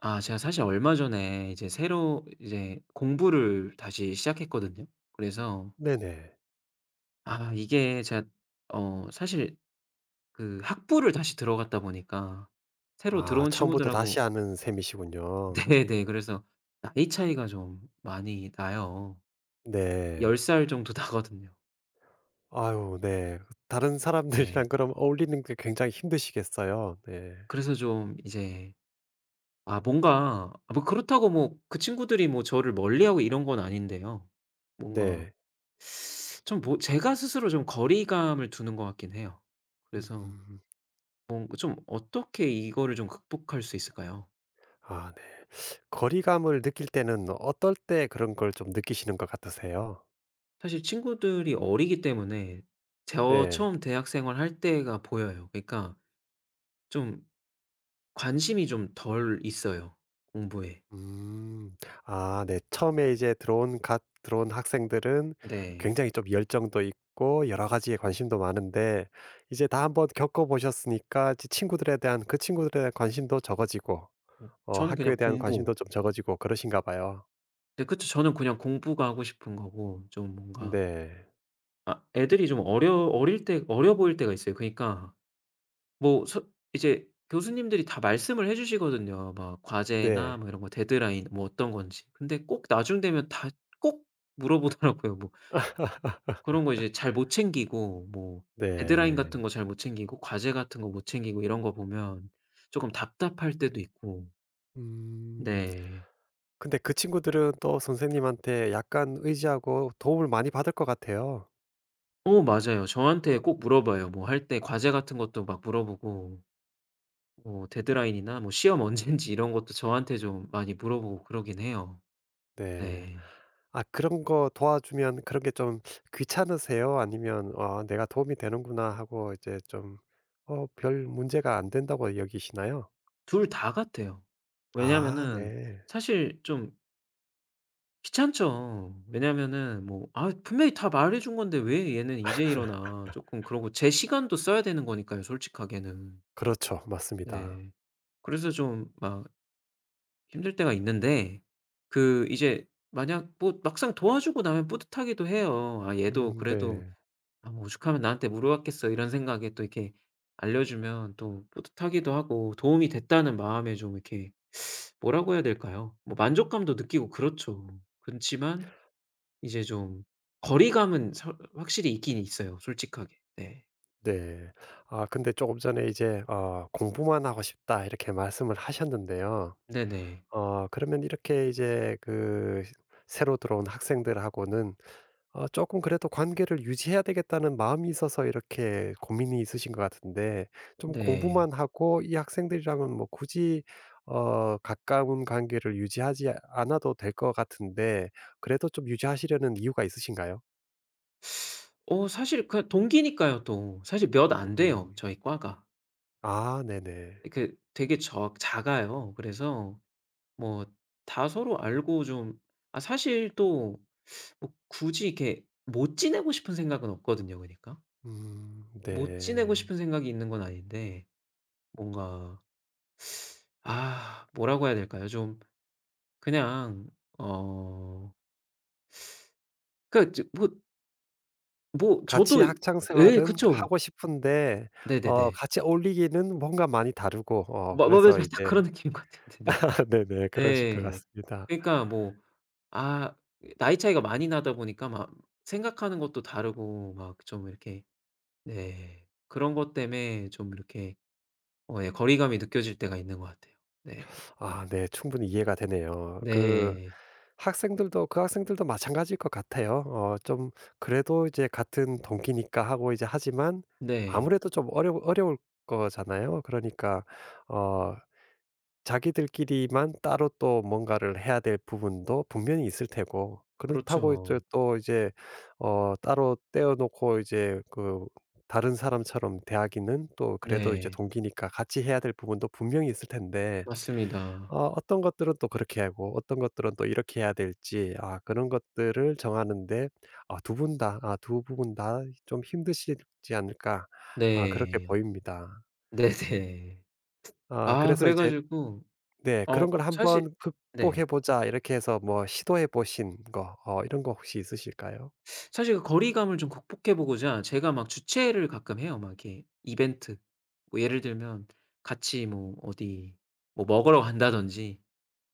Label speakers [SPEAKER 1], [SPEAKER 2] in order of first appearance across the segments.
[SPEAKER 1] 아 제가 사실 얼마 전에 이제 새로 이제 공부를 다시 시작했거든요. 그래서
[SPEAKER 2] 네네.
[SPEAKER 1] 아 이게 제가 사실 그 학부를 다시 들어갔다 보니까 새로
[SPEAKER 2] 아
[SPEAKER 1] 들어온
[SPEAKER 2] 처음부터 다시
[SPEAKER 1] 친구들하고
[SPEAKER 2] 하는 셈이시군요.
[SPEAKER 1] 네네. 그래서 나이 차이가 좀 많이 나요.
[SPEAKER 2] 네.
[SPEAKER 1] 10살 정도 나거든요.
[SPEAKER 2] 아유 네. 다른
[SPEAKER 1] 네.
[SPEAKER 2] 사람들이랑 그럼 어울리는 게 굉장히 힘드시겠어요. 네.
[SPEAKER 1] 그래서 좀 이제 아 뭔가 아 뭐 그렇다고 뭐 그 친구들이 뭐 저를 멀리하고 이런 건 아닌데요. 뭔가
[SPEAKER 2] 네.
[SPEAKER 1] 좀 뭐 제가 스스로 좀 거리감을 두는 것 같긴 해요. 그래서
[SPEAKER 2] 음.
[SPEAKER 1] 뭔가 좀 어떻게 이거를 좀 극복할 수 있을까요?
[SPEAKER 2] 아 네. 거리감을 느낄 때는 어떨 때 그런 걸 좀 느끼시는 것 같으세요?
[SPEAKER 1] 사실 친구들이 어리기 때문에 저
[SPEAKER 2] 네.
[SPEAKER 1] 처음 대학 생활할 때가 보여요. 그러니까 좀 관심이 좀 덜 있어요, 공부에.
[SPEAKER 2] 음. 아 네. 처음에 이제 들어온 갓 들어온 학생들은
[SPEAKER 1] 네.
[SPEAKER 2] 굉장히 좀 열정도 있고 여러 가지에 관심도 많은데, 이제 다 한번 겪어 보셨으니까 이제 친구들에 대한 관심도 적어지고
[SPEAKER 1] 저는
[SPEAKER 2] 학교에
[SPEAKER 1] 그냥
[SPEAKER 2] 대한 관심도
[SPEAKER 1] 공부.
[SPEAKER 2] 좀 적어지고 그러신가 봐요.
[SPEAKER 1] 네 그쵸. 저는 그냥 공부가 하고 싶은 거고 좀 뭔가
[SPEAKER 2] 네.
[SPEAKER 1] 아 애들이 좀 어려 어릴 때 어려 보일 때가 있어요. 그러니까 뭐 서 이제 교수님들이 다 말씀을 해 주시거든요. 막 과제나
[SPEAKER 2] 네.
[SPEAKER 1] 뭐 이런 거 데드라인 뭐 어떤 건지. 근데 꼭 나중 되면 다 꼭 물어보더라고요. 뭐 그런 거 이제 잘 못 챙기고 뭐 데드라인
[SPEAKER 2] 네.
[SPEAKER 1] 같은 거 잘 못 챙기고 과제 같은 거 못 챙기고 이런 거 보면 쪼끔 답답할 때도 있고.
[SPEAKER 2] 음.
[SPEAKER 1] 네.
[SPEAKER 2] 근데 그 친구들은 또 선생님한테 약간 의지하고 도움을 많이 받을 것 같아요.
[SPEAKER 1] 어 맞아요. 저한테 꼭 물어봐요. 뭐 할 때 과제 같은 것도 막 물어보고 뭐 데드라인이나 뭐 시험 언젠지 이런 것도 저한테 좀 많이 물어보고 그러긴 해요.
[SPEAKER 2] 네.
[SPEAKER 1] 네.
[SPEAKER 2] 아 그런 거 도와주면 그런 게 좀 귀찮으세요? 아니면 '아 내가 도움이 되는구나.' 하고 이제 좀 별 문제가 안 된다고 여기시나요?
[SPEAKER 1] 둘 다 같아요.
[SPEAKER 2] 아
[SPEAKER 1] 왜냐하면은
[SPEAKER 2] 네.
[SPEAKER 1] 사실 좀 귀찮죠. 왜냐하면은 뭐 '아 분명히 다 말해 준 건데 왜 얘는 이제 일어나.' 쪼끔 그러고 제 시간도 써야 되는 거니까요 솔직하게는.
[SPEAKER 2] 그렇죠. 맞습니다.
[SPEAKER 1] 네. 그래서 좀 막 힘들 때가 있는데 그 이제 만약 뭐 막상 도와주고 나면 뿌듯하기도 해요. '아 얘도 그래도
[SPEAKER 2] 네.
[SPEAKER 1] 아 뭐 오죽하면 나한테 물어봤겠어.' 이런 생각에 또 이렇게 알려주면 또 뿌듯하기도 하고 도움이 됐다는 마음에 좀 이렇게 뭐라고 해야 될까요? 뭐 만족감도 느끼고 그렇죠. 그렇지만 이제 좀 거리감은 설 확실히 있긴 있어요 솔직하게. 네.
[SPEAKER 2] 네. 아 근데 조금 전에 이제 "공부만 하고 싶다." 이렇게 말씀을 하셨는데요.
[SPEAKER 1] 네네.
[SPEAKER 2] 그러면 이렇게 이제 그 새로 들어온 학생들하고는, 아 조금 그래도 관계를 유지해야 되겠다는 마음이 있어서 이렇게 고민이 있으신 것 같은데, 좀
[SPEAKER 1] 네.
[SPEAKER 2] 공부만 하고 이 학생들이랑은 뭐 굳이 가까운 관계를 유지하지 않아도 될 것 같은데, 그래도 좀 유지하시려는 이유가 있으신가요?
[SPEAKER 1] 어 사실 그냥 동기니까요 또. 사실 몇 안 돼요
[SPEAKER 2] 음.
[SPEAKER 1] 저희 과가.
[SPEAKER 2] 아 네네.
[SPEAKER 1] 그 되게 적 작아요. 그래서 뭐 다 서로 알고 좀 아 사실 또 뭐 굳이 이렇게 못 지내고 싶은 생각은 없거든요 그니까. 못 지내고
[SPEAKER 2] 네.
[SPEAKER 1] 싶은 생각이 있는 건 아닌데 뭔가 아 뭐라고 해야 될까요? 좀 그냥 어 그러니까 뭐뭐
[SPEAKER 2] 같이
[SPEAKER 1] 저도
[SPEAKER 2] 학창
[SPEAKER 1] 예
[SPEAKER 2] 생활은
[SPEAKER 1] 그쵸.
[SPEAKER 2] 하고 싶은데
[SPEAKER 1] 네네네.
[SPEAKER 2] 같이 어울리기는 뭔가 많이 다르고
[SPEAKER 1] 마 마 맞아요.
[SPEAKER 2] 그래서
[SPEAKER 1] 딱
[SPEAKER 2] 이제.
[SPEAKER 1] 그런 느낌인 것 같아요. 네네.
[SPEAKER 2] 네네. 그러실 것
[SPEAKER 1] 예.
[SPEAKER 2] 같습니다.
[SPEAKER 1] 그러니까 뭐 아 나이 차이가 많이 나다 보니까 막 생각하는 것도 다르고 막 좀 이렇게 네 그런 것 때문에 좀 이렇게 어 예 거리감이 느껴질 때가 있는 것 같아요. 네.
[SPEAKER 2] 아 네. 충분히 이해가 되네요. 그
[SPEAKER 1] 네.
[SPEAKER 2] 학생들도 그 학생들도 마찬가지일 것 같아요. 좀 그래도 이제 같은 동기니까 하고 이제, 하지만
[SPEAKER 1] 네.
[SPEAKER 2] 아무래도 좀 어려울 거잖아요. 그러니까 어 자기들끼리만 따로 또 뭔가를 해야 될 부분도 분명히 있을 테고, 그렇다고 이제
[SPEAKER 1] 그렇죠.
[SPEAKER 2] 또 이제 따로 떼어 놓고 이제 그 다른 사람처럼 대하기는 또 그래도 이제
[SPEAKER 1] 네.
[SPEAKER 2] 동기니까 같이 해야 될 부분도 분명히 있을 텐데,
[SPEAKER 1] 맞습니다.
[SPEAKER 2] 어떤 것들은 또 그렇게 하고 어떤 것들은 또 이렇게 해야 될지, 아 그런 것들을 정하는데 아 두 분 다아부분 다 좀 힘드시지 않을까, 아 그렇게
[SPEAKER 1] 네.
[SPEAKER 2] 보입니다.
[SPEAKER 1] 네네.
[SPEAKER 2] 아
[SPEAKER 1] 아
[SPEAKER 2] 그래서
[SPEAKER 1] 그래
[SPEAKER 2] 이제.
[SPEAKER 1] 가지고
[SPEAKER 2] 네, 그런
[SPEAKER 1] 어
[SPEAKER 2] 걸
[SPEAKER 1] 사실
[SPEAKER 2] 한번 '극복해
[SPEAKER 1] 네.
[SPEAKER 2] 보자.' 이렇게 해서 뭐 시도해 보신 거 이런 거 혹시 있으실까요?
[SPEAKER 1] 사실 그 거리감을 좀 극복해 보고자 제가 막 주최를 가끔 해요. 막 이렇게 이벤트. 뭐 예를 들면 같이 뭐 어디 뭐 먹으러 간다든지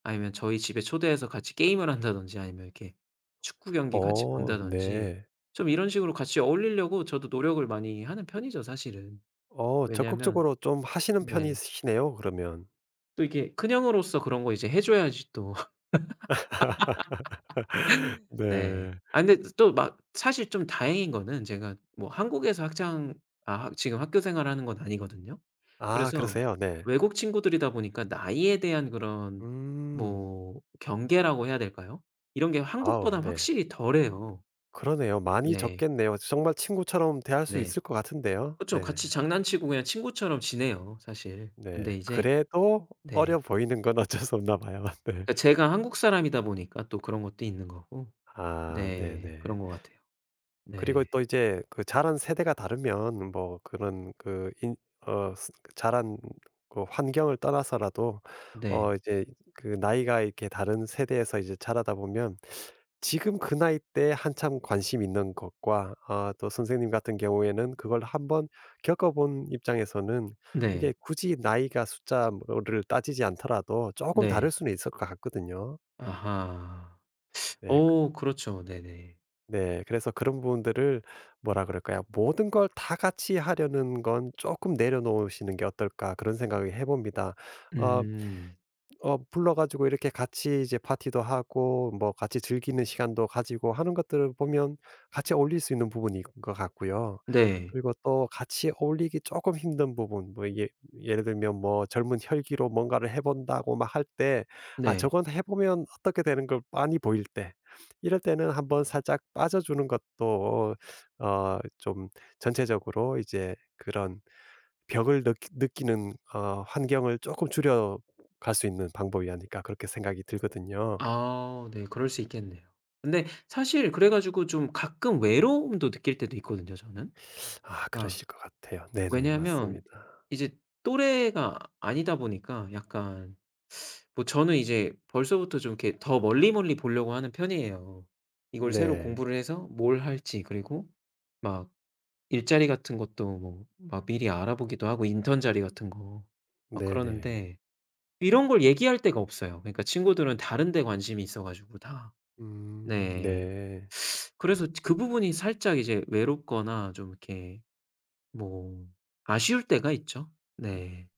[SPEAKER 1] 아니면 저희 집에 초대해서 같이 게임을 한다든지 아니면 이렇게 축구 경기 같이
[SPEAKER 2] 어
[SPEAKER 1] 본다든지
[SPEAKER 2] 네.
[SPEAKER 1] 좀 이런 식으로 같이 어울리려고 저도 노력을 많이 하는 편이죠 사실은. 왜냐하면
[SPEAKER 2] 적극적으로 좀 하시는
[SPEAKER 1] 네.
[SPEAKER 2] 편이시네요, 그러면.
[SPEAKER 1] 또 이게 큰 형으로서 그런 거 이제 해 줘야지 또 네.
[SPEAKER 2] 네.
[SPEAKER 1] 아 근데 또 막 사실 좀 다행인 거는 제가 뭐 한국에서 학장 아 지금 학교 생활하는 건 아니거든요.
[SPEAKER 2] 아
[SPEAKER 1] 그래서
[SPEAKER 2] 그러세요? 네.
[SPEAKER 1] 외국 친구들이다 보니까 나이에 대한 그런
[SPEAKER 2] 음.
[SPEAKER 1] 뭐 경계라고 해야 될까요? 이런 게
[SPEAKER 2] 아우
[SPEAKER 1] 한국보단
[SPEAKER 2] 네.
[SPEAKER 1] 확실히 덜해요.
[SPEAKER 2] 그러네요. 많이
[SPEAKER 1] 네.
[SPEAKER 2] 적겠네요. 정말 친구처럼 대할 수
[SPEAKER 1] 네.
[SPEAKER 2] 있을 것 같은데요.
[SPEAKER 1] 그쵸.
[SPEAKER 2] 네.
[SPEAKER 1] 같이 장난치고 그냥 친구처럼 지내요 사실. 근데
[SPEAKER 2] 네.
[SPEAKER 1] 이제
[SPEAKER 2] 그래도
[SPEAKER 1] 네.
[SPEAKER 2] 어려 보이는 건 어쩔 수 없나 봐요. 네.
[SPEAKER 1] 그러니까 제가 한국 사람이다 보니까 또 그런 것도 있는 거고.
[SPEAKER 2] 아
[SPEAKER 1] 네.
[SPEAKER 2] 네네.
[SPEAKER 1] 그런 것 같아요.
[SPEAKER 2] 그리고
[SPEAKER 1] 네.
[SPEAKER 2] 또 이제 그 자란 세대가 다르면 뭐 그런 그 인 어스 그 자란 그 환경을 떠나서라도,
[SPEAKER 1] 네.
[SPEAKER 2] 이제 그 나이가 이렇게 다른 세대에서 이제 자라다 보면, 지금 그 나이 때 한참 관심 있는 것과, 아 또 선생님 같은 경우에는 그걸 한번 겪어 본 입장에서는 그게
[SPEAKER 1] 네.
[SPEAKER 2] 굳이 나이가 숫자를 따지지 않더라도 조금 다를
[SPEAKER 1] 네.
[SPEAKER 2] 수는 있을 것 같거든요.
[SPEAKER 1] 아하.
[SPEAKER 2] 네.
[SPEAKER 1] 어 그렇죠. 네네.
[SPEAKER 2] 네. 그래서 그런 부분들을, 뭐라 그럴까요? '모든 걸 다 같이 하려는 건 조금 내려놓으시는 게 어떨까.' 그런 생각을 해 봅니다. 어
[SPEAKER 1] 음.
[SPEAKER 2] 불러 가지고 이렇게 같이 이제 파티도 하고 뭐 같이 즐기는 시간도 가지고 하는 것들을 보면 같이 어울릴 수 있는 부분인 것 같고요.
[SPEAKER 1] 네.
[SPEAKER 2] 그리고 또 같이 어울리기 조금 힘든 부분, 뭐 이게 예를 들면 뭐 젊은 혈기로 뭔가를 해 본다고 막 할 때, 아
[SPEAKER 1] 네.
[SPEAKER 2] 저건 해 보면 어떻게 되는 걸 빤히 보일 때, 이럴 때는 한번 살짝 빠져 주는 것도 좀 전체적으로 이제 그런 벽을 느끼는 환경을 조금 줄여갈 수 있는 방법이 아닐까, 그렇게 생각이 들거든요.
[SPEAKER 1] 아 네. 그럴 수 있겠네요. 근데 사실 그래 가지고 좀 가끔 외로움도 느낄 때도 있거든요 저는.
[SPEAKER 2] 아
[SPEAKER 1] 그러니까
[SPEAKER 2] 그러실 것 같아요. 네네.
[SPEAKER 1] 왜냐하면
[SPEAKER 2] 맞습니다.
[SPEAKER 1] 이제 또래가 아니다 보니까 약간 뭐 저는 이제 벌써부터 좀 이렇게 더 멀리 멀리 보려고 하는 편이에요. 이걸 새로
[SPEAKER 2] 네.
[SPEAKER 1] 공부를 해서 뭘 할지 그리고 막 일자리 같은 것도 뭐 막 미리 알아보기도 하고 인턴 자리 같은 거 막
[SPEAKER 2] 네네.
[SPEAKER 1] 그러는데 이런 걸 얘기할 데가 없어요. 그러니까 친구들은 다른 데 관심이 있어 가지고 다. 네.
[SPEAKER 2] 네.
[SPEAKER 1] 그래서 그 부분이 살짝 이제 외롭거나 좀 이렇게 뭐 아쉬울 때가 있죠. 네.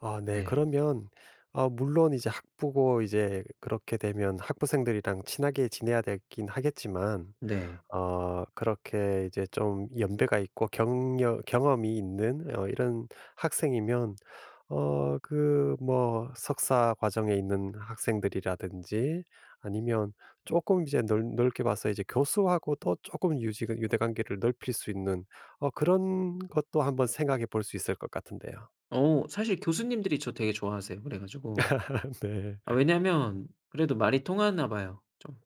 [SPEAKER 2] 아 네.
[SPEAKER 1] 네.
[SPEAKER 2] 그러면, 아 물론 이제 학부고 이제 그렇게 되면 학부생들이랑 친하게 지내야 되긴 하겠지만,
[SPEAKER 1] 네.
[SPEAKER 2] 그렇게 이제 좀 연배가 있고 경력 경험이 있는 이런 학생이면 그 뭐 석사 과정에 있는 학생들이라든지, 아니면 조금 이제 넓 넓게 봐서 이제 교수하고 또 조금 유지 유대 관계를 넓힐 수 있는 그런 것도 한번 생각해 볼 수 있을 것 같은데요.
[SPEAKER 1] 어 사실 교수님들이 저 되게 좋아하세요. 그래 가지고
[SPEAKER 2] 네.
[SPEAKER 1] 아 왜냐면 그래도 말이 통하나 봐요 좀.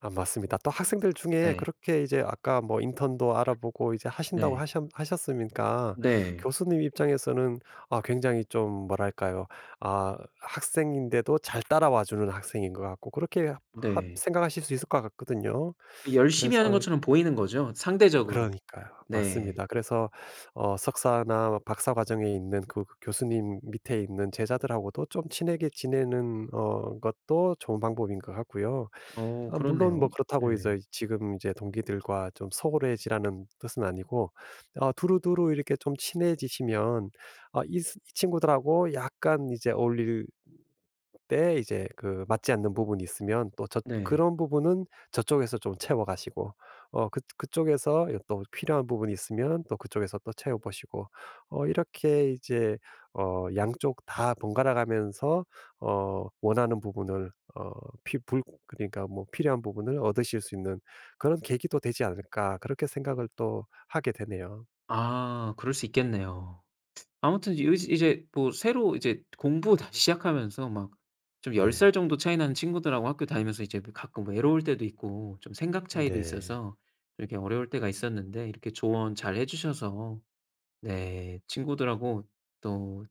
[SPEAKER 2] 아 맞습니다. 또 학생들 중에
[SPEAKER 1] 네.
[SPEAKER 2] 그렇게 이제 아까 뭐 인턴도 알아보고 이제 하신다고
[SPEAKER 1] 네.
[SPEAKER 2] 하셨으니까
[SPEAKER 1] 네.
[SPEAKER 2] 교수님 입장에서는, 아 굉장히 좀 뭐랄까요? 아 학생인데도 잘 따라와 주는 학생인 것 같고, 그렇게
[SPEAKER 1] 네.
[SPEAKER 2] 생각하실 수 있을 것 같거든요.
[SPEAKER 1] 그 열심히
[SPEAKER 2] 그래서.
[SPEAKER 1] 하는 것처럼 보이는 거죠 상대적으로.
[SPEAKER 2] 그러니까요.
[SPEAKER 1] 네.
[SPEAKER 2] 맞습니다. 그래서 석사나 뭐 박사 과정에 있는 그 교수님 밑에 있는 제자들하고도 좀 친하게 지내는 것도 좋은 방법인 것 같고요.
[SPEAKER 1] 어
[SPEAKER 2] 아 물론 뭐
[SPEAKER 1] 그렇네요.
[SPEAKER 2] 그렇다고 해서
[SPEAKER 1] 네.
[SPEAKER 2] 지금 이제 동기들과 좀 소홀해지라는 뜻은 아니고, 두루두루 이렇게 좀 친해지시면, 아 이 친구들하고 약간 이제 어울릴 때 이제 그 맞지 않는 부분이 있으면 또 저
[SPEAKER 1] 네.
[SPEAKER 2] 그런 부분은 저쪽에서 좀 채워 가시고, 그쪽에서 예 또 필요한 부분이 있으면 또 그쪽에서 또 채워 보시고, 이렇게 이제 양쪽 다 번갈아 가면서 원하는 부분을 어 피 불 그러니까 뭐 필요한 부분을 얻으실 수 있는 그런 계기도 되지 않을까, 그렇게 생각을 또 하게 되네요.
[SPEAKER 1] 아 그럴 수 있겠네요. 아무튼 이 이제 뭐 새로 이제 공부 다시 시작하면서 막 좀 10살
[SPEAKER 2] 네.
[SPEAKER 1] 정도 차이 나는 친구들하고 학교 다니면서 이제 뭐 가끔 뭐 외로울 때도 있고 좀 생각 차이도
[SPEAKER 2] 네.
[SPEAKER 1] 있어서 이렇게 어려울 때가 있었는데 이렇게 조언 잘해 주셔서 네 친구들하고 또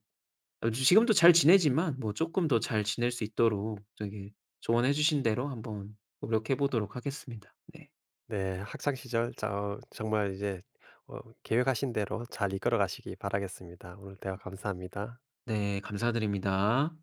[SPEAKER 1] 어 지금도 잘 지내지만 뭐 조금 더 잘 지낼 수 있도록 저기 조언해 주신 대로 한번 노력해 보도록 하겠습니다. 네.
[SPEAKER 2] 네. 학창 시절 저 정말 이제 계획하신 대로 잘 이끌어 가시기 바라겠습니다. 오늘 대화 감사합니다.
[SPEAKER 1] 네, 감사드립니다.